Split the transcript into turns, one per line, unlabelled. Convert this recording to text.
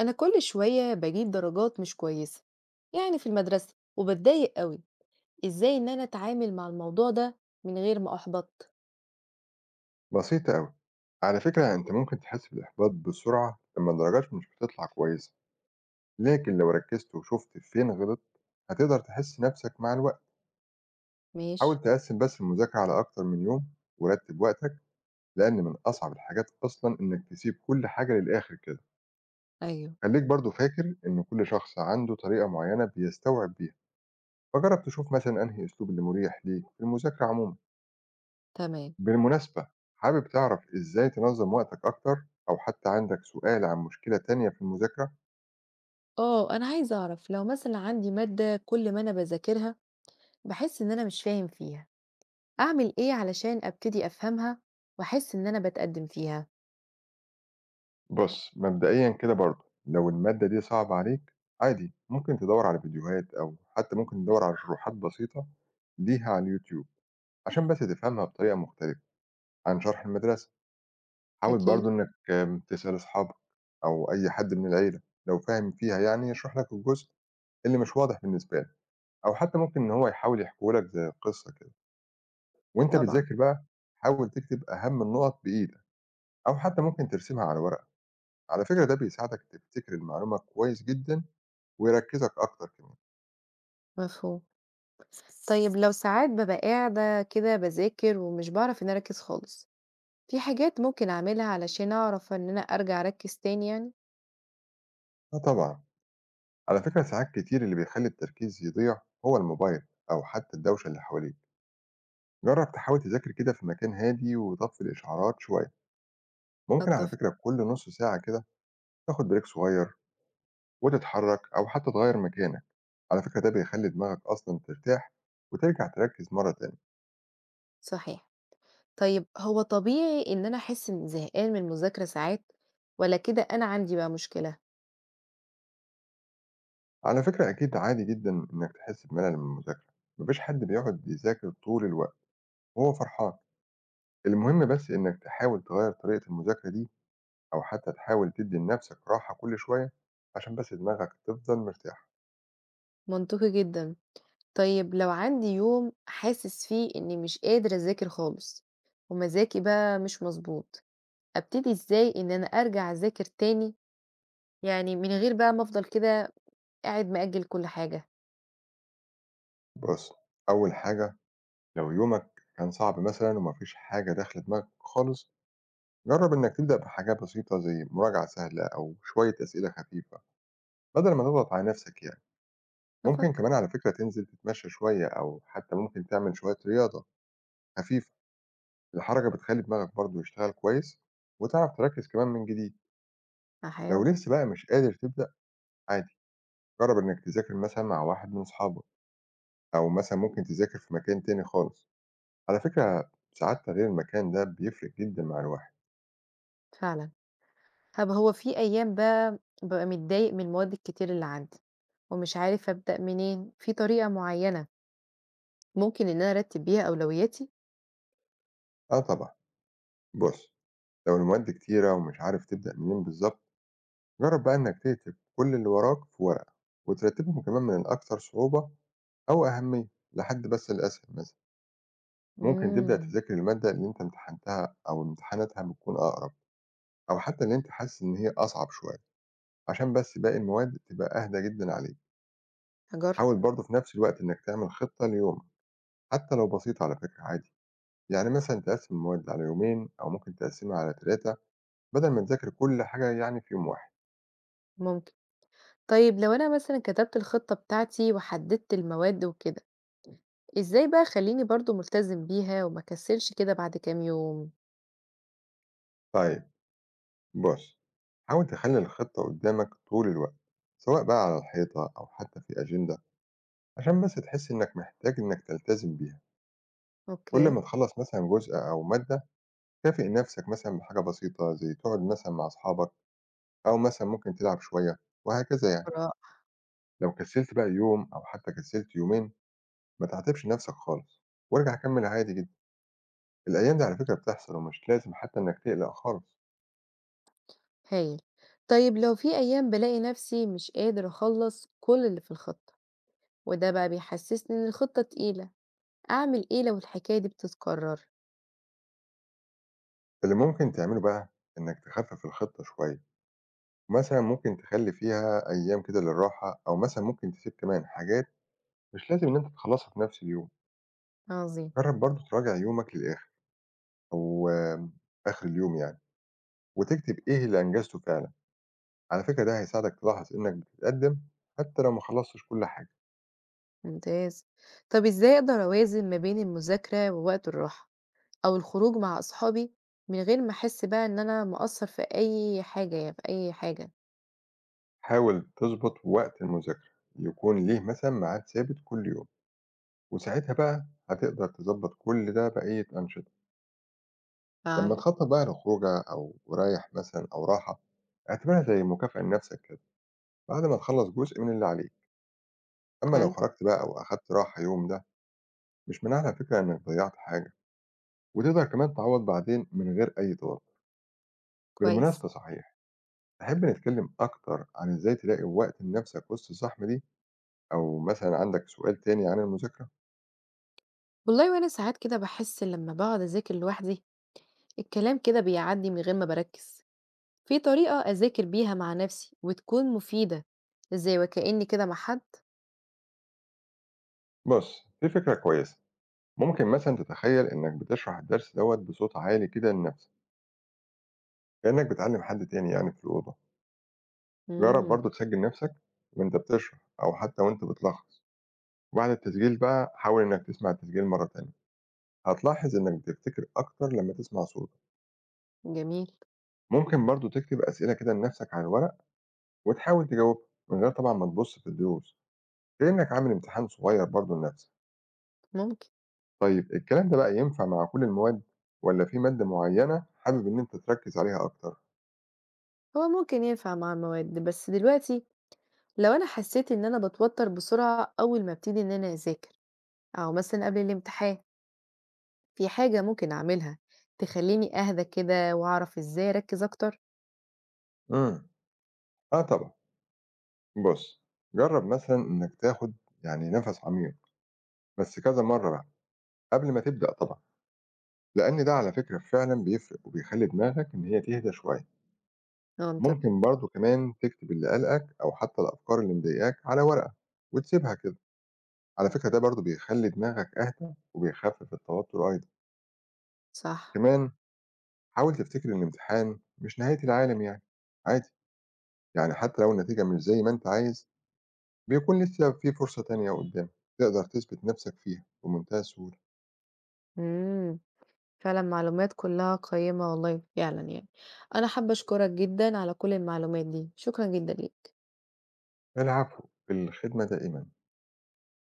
أنا كل شوية بجيب درجات مش كويسة، يعني في المدرسة وبتضايق قوي. إزاي إن أنا أتعامل مع الموضوع ده من غير ما أحبط؟
بسيطة أوي. على فكرة أنت ممكن تحس بالإحباط بسرعة لما درجاتك مش بتطلع كويسة، لكن لو ركزت وشفت فين غلط هتقدر تحس نفسك مع الوقت.
ماشي.
حاول تقسم بس المذاكرة على أكتر من يوم ورتب وقتك، لأن من أصعب الحاجات أصلا إنك تسيب كل حاجة للآخر كده.
أيوه.
خليك برضو فاكر إن كل شخص عنده طريقة معينة بيستوعب بيها، فجرب تشوف مثلا أنهي أسلوب اللي مريح ليك في المذاكرة عموما.
تمام.
بالمناسبة، حابب تعرف إزاي تنظم وقتك أكتر أو حتى عندك سؤال عن مشكلة تانية في المذاكرة؟
آه، أنا عايزة أعرف لو مثلا عندي مادة كل ما أنا بذاكرها بحس إن أنا مش فاهم فيها، أعمل إيه علشان أبتدي أفهمها وأحس إن أنا بتقدم فيها؟
بُص، مبدئيًا كده برضه لو المادة دي صعبة عليك عادي ممكن تدوّر على فيديوهات أو حتى ممكن تدوّر على شروحات بسيطة ليها على اليوتيوب، عشان بس تفهمها بطريقة مختلفة عن شرح المدرسة. حاول
أكيد.
برضه إنك تسأل أصحابك أو أي حد من العيلة لو فاهم فيها يعني يشرح لك الجزء اللي مش واضح بالنسبة له، أو حتى ممكن إن هو يحاول يحكيه لك زي قصة كده. وأنت
طبعا.
بتذاكر بقى حاول تكتب أهم النُقط بإيدك أو حتى ممكن ترسمها على ورقة، على فكرة ده بيساعدك تفتكر المعلومة كويس جدًا ويركّزك أكتر كمان.
مفهوم. طيب، لو ساعات ببقى قاعدة كده بذاكر ومش بعرف إن أركز خالص، في حاجات ممكن أعملها علشان أعرف إن أنا أرجع أركّز تاني يعني؟
آه طبعًا، على فكرة ساعات كتير اللي بيخلّي التركيز يضيع هو الموبايل أو حتى الدوشة اللي حواليك. جرّب تحاول تذاكر كده في مكان هادي وطفّي الإشعارات شوية، ممكن على
أتّفق.
فكرة كل نُص ساعة كده تاخد break صغير وتتحرّك أو حتى تغيّر مكانك. على فكرة ده بيخلّي دماغك أصلًا ترتاح وترجع تركّز مرّة تانية.
صحيح. طيب، هو طبيعي إن أنا أحس إني زهقان من المذاكرة ساعات والّا كده أنا عندي بقى مشكلة؟
على فكرة أكيد عادي جدًا إنك تحس بملل من المذاكرة، ما فيش حد بيقعد يذاكر طول الوقت وهو فرحان. المهم بس إنك تحاول تغيّر طريقة المذاكرة دي، أو حتى تحاول تدّي لنفسك راحة كل شوية عشان بس دماغك تفضل مرتاحة.
منطقي جدًا. طيب، لو عندي يوم حاسس فيه إني مش قادر أذاكر خالص ومزاجي بقى مش مضبوط، أبتدي إزاي إن أنا أرجع أذاكر تاني، يعني من غير بقى ما أفضل كده قاعد مأجّل كل حاجة؟
بُص، أول حاجة لو يومك كان صعب مثلًا وما فيش حاجة داخلة دماغك خالص، جرّب إنك تبدأ بحاجة بسيطة زي مراجعة سهلة أو شوية أسئلة خفيفة بدل ما تضغط على نفسك يعني. ممكن
أتّفق.
كمان على فكرة تنزل تتمشى شوية أو حتى ممكن تعمل شوية رياضة خفيفة. الحركة بتخلّي دماغك برضه يشتغل كويس، وتعرف تركّز كمان من جديد. لو
هاحاول.
لسه بقى مش قادر تبدأ عادي، جرّب إنك تذاكر مثلًا مع واحد من أصحابك، أو مثلًا ممكن تذاكر في مكان تاني خالص. على فكرة ساعات تغيير المكان ده بيفرق جدًا مع الواحد.
فعلًا. طب هو في أيام بقى بابقى متضايق من المواد الكتير اللي عندي، ومش عارف أبدأ منين، في طريقة معينة ممكن إن أنا أرتب بيها أولوياتي؟
آه طبعًا، بُص لو المواد كتيرة ومش عارف تبدأ منين بالضبط، جرّب بقى إنك تكتب كل اللي وراك في ورقة، وترتّبهم كمان من الأكثر صعوبة أو أهمية، لحد بس الأسهل مثلًا. ممكن تبدأ
امم،
تذاكر المادة اللي أنت امتحنتها أو امتحاناتها بتكون أقرب. أو حتى اللي أنت حاسس إن هي أصعب شوية، عشان بس باقي المواد تبقى أهدى جدًا عليك.
هاجرب.
حاول برضه في نفس الوقت إنك تعمل خطة ليومك، حتى لو بسيطة على فكرة عادي، يعني مثلًا تقسّم المواد على يومين أو ممكن تقسّمها على 3 بدل ما تذاكر كل حاجة يعني في يوم واحد.
ممكن. طيب، لو أنا مثلًا كتبت الخطة بتاعتي وحددت المواد وكده، إزاي بقى أخلّيني برضه ملتزم بيها وما أكسلش كده بعد كام يوم؟
طيب بُص، حاول تخلّي الخطة قدّامك طول الوقت، سواء بقى على الحيطة أو حتى في أجندة، عشان بس تحس إنك محتاج إنك تلتزم بيها. كل
أوكي.
ما تخلّص مثلًا جزء أو مادة، كافئ نفسك مثلًا بحاجة بسيطة زي تقعد مثلًا مع أصحابك أو مثلًا ممكن تلعب شوية وهكذا يعني.
رائع.
لو كسلت بقى يوم أو حتى كسلت يومين ما تعاتبش نفسك خالص، وارجع كمّل عادي جدًا. الأيام دي على فكرة بتحصل ومش لازم حتى إنك تقلق خالص.
هايل. طيب، لو في أيام بالاقي نفسي مش قادر أخلّص كل اللي في الخطة، وده بقى بيحسسني إن الخطة تقيلة. أعمل إيه لو الحكاية دي بتتكرر؟
اللي ممكن تعمله بقى إنك تخفف الخطة شوية، مثلًا ممكن تخلّي فيها أيام كده للراحة أو مثلًا ممكن تسيب كمان حاجات مش لازم إن أنت تخلّصها في نفس اليوم.
عظيم.
جرّب برضه تراجع يومك للآخر أو آخر اليوم يعني، وتكتب إيه اللي أنجزته فعلًا. على فكرة ده هيساعدك تلاحظ إنك بتتقدم حتى لو ما خلصتش كل حاجة.
ممتاز. طب إزاي أقدر أوازن ما بين المذاكرة ووقت الراحة أو الخروج مع أصحابي من غير ما أحس بقى إن أنا مقصر في أي حاجة يعني في أي حاجة؟
حاول تظبط وقت المذاكرة يكون ليه مثلا ميعاد ثابت كل يوم، وساعتها بقى هتقدر تظبط كل ده بقية أنشطة. لما
فعلا.
تخطط بقى لخروجة أو رايح مثلا أو راحة، اعتبرها زي مكافأة لنفسك كده بعد ما تخلص جزء من اللي عليك. أما لو
حلو.
خرجت بقى أو أخدت راحة يوم ده، مش معناه على فكرة إنك ضيعت حاجة، وتقدر كمان تعوض بعدين من غير أي توتر.
كويس.
بالمناسبة صحيح، تحب نتكلم أكتر عن إزاي تلاقي وقت لنفسك وسط الزحمة دي، أو مثلا عندك سؤال تاني عن المذاكرة؟
والله وأنا ساعات كده بحس لما بقعد أذاكر لوحدي الكلام كده بيعدي من غير ما بركز. في طريقة أذاكر بيها مع نفسي وتكون مفيدة زي وكأني كده مع حد؟
بص، في فكرة كويسة. ممكن مثلا تتخيل إنك بتشرح الدرس دوت بصوت عالي كده لنفسك، كأنك بتعلم حد تاني يعني في الأوضة. جرب
امم
برضه تسجل نفسك وأنت بتشرح، أو حتى وأنت بتلخص، وبعد التسجيل بقى حاول إنك تسمع التسجيل مرة تانية. هتلاحظ إنك بتفتكر أكتر لما تسمع صوتك.
جميل.
ممكن برضه تكتب أسئلة كده لنفسك على الورق، وتحاول تجاوبها من غير طبعا ما تبص في الدروس، كأنك عامل امتحان صغير برضه لنفسك.
ممكن.
طيب الكلام ده بقى ينفع مع كل المواد، ولا في مادة معينة حابب إن أنت تركز عليها أكتر؟
هو ممكن ينفع مع المواد بس دلوقتي، لو أنا حسيت إن أنا باتوتر بسرعة أول ما ابتدي إن أنا أذاكر أو مثلا قبل الامتحان، في حاجة ممكن أعملها تخليني أهدى كده وأعرف إزاي أركز أكتر؟
إمم. آه طبعًا. بُص، جرّب مثلًا إنّك تاخُد يعني نَفَس عميق بس كذا مرّة بقى قبل ما تبدأ طبعًا، لإن ده على فكرة فعلًا بيفرق وبيخلّي دماغك إن هي تهدى شوية.
منطقي.
ممكن برضه كمان تكتب اللي قلقك أو حتّى الأفكار اللي مضايقاك على ورقة وتسيبها كده. على فكرة ده برضه بيخلّي دماغك أهدى وبيخفِّف التوتُّر أيضًا.
صح.
كمان حاول تفتكر إن الامتحان مش نهاية العالم يعني، عادي، يعني حتّى لو النتيجة مش زي ما أنت عايز، بيكون لسه في فرصة تانية قدّامك تقدر تثبت نَفْسك فيها بمنتهى السهولة.
امم فعلا معلومات كلها قيمة والله فعلا، يعني أنا حابة أشكرك جدا على كل المعلومات دي، شكرا جدا ليك.
العفو، في الخدمة دائمًا.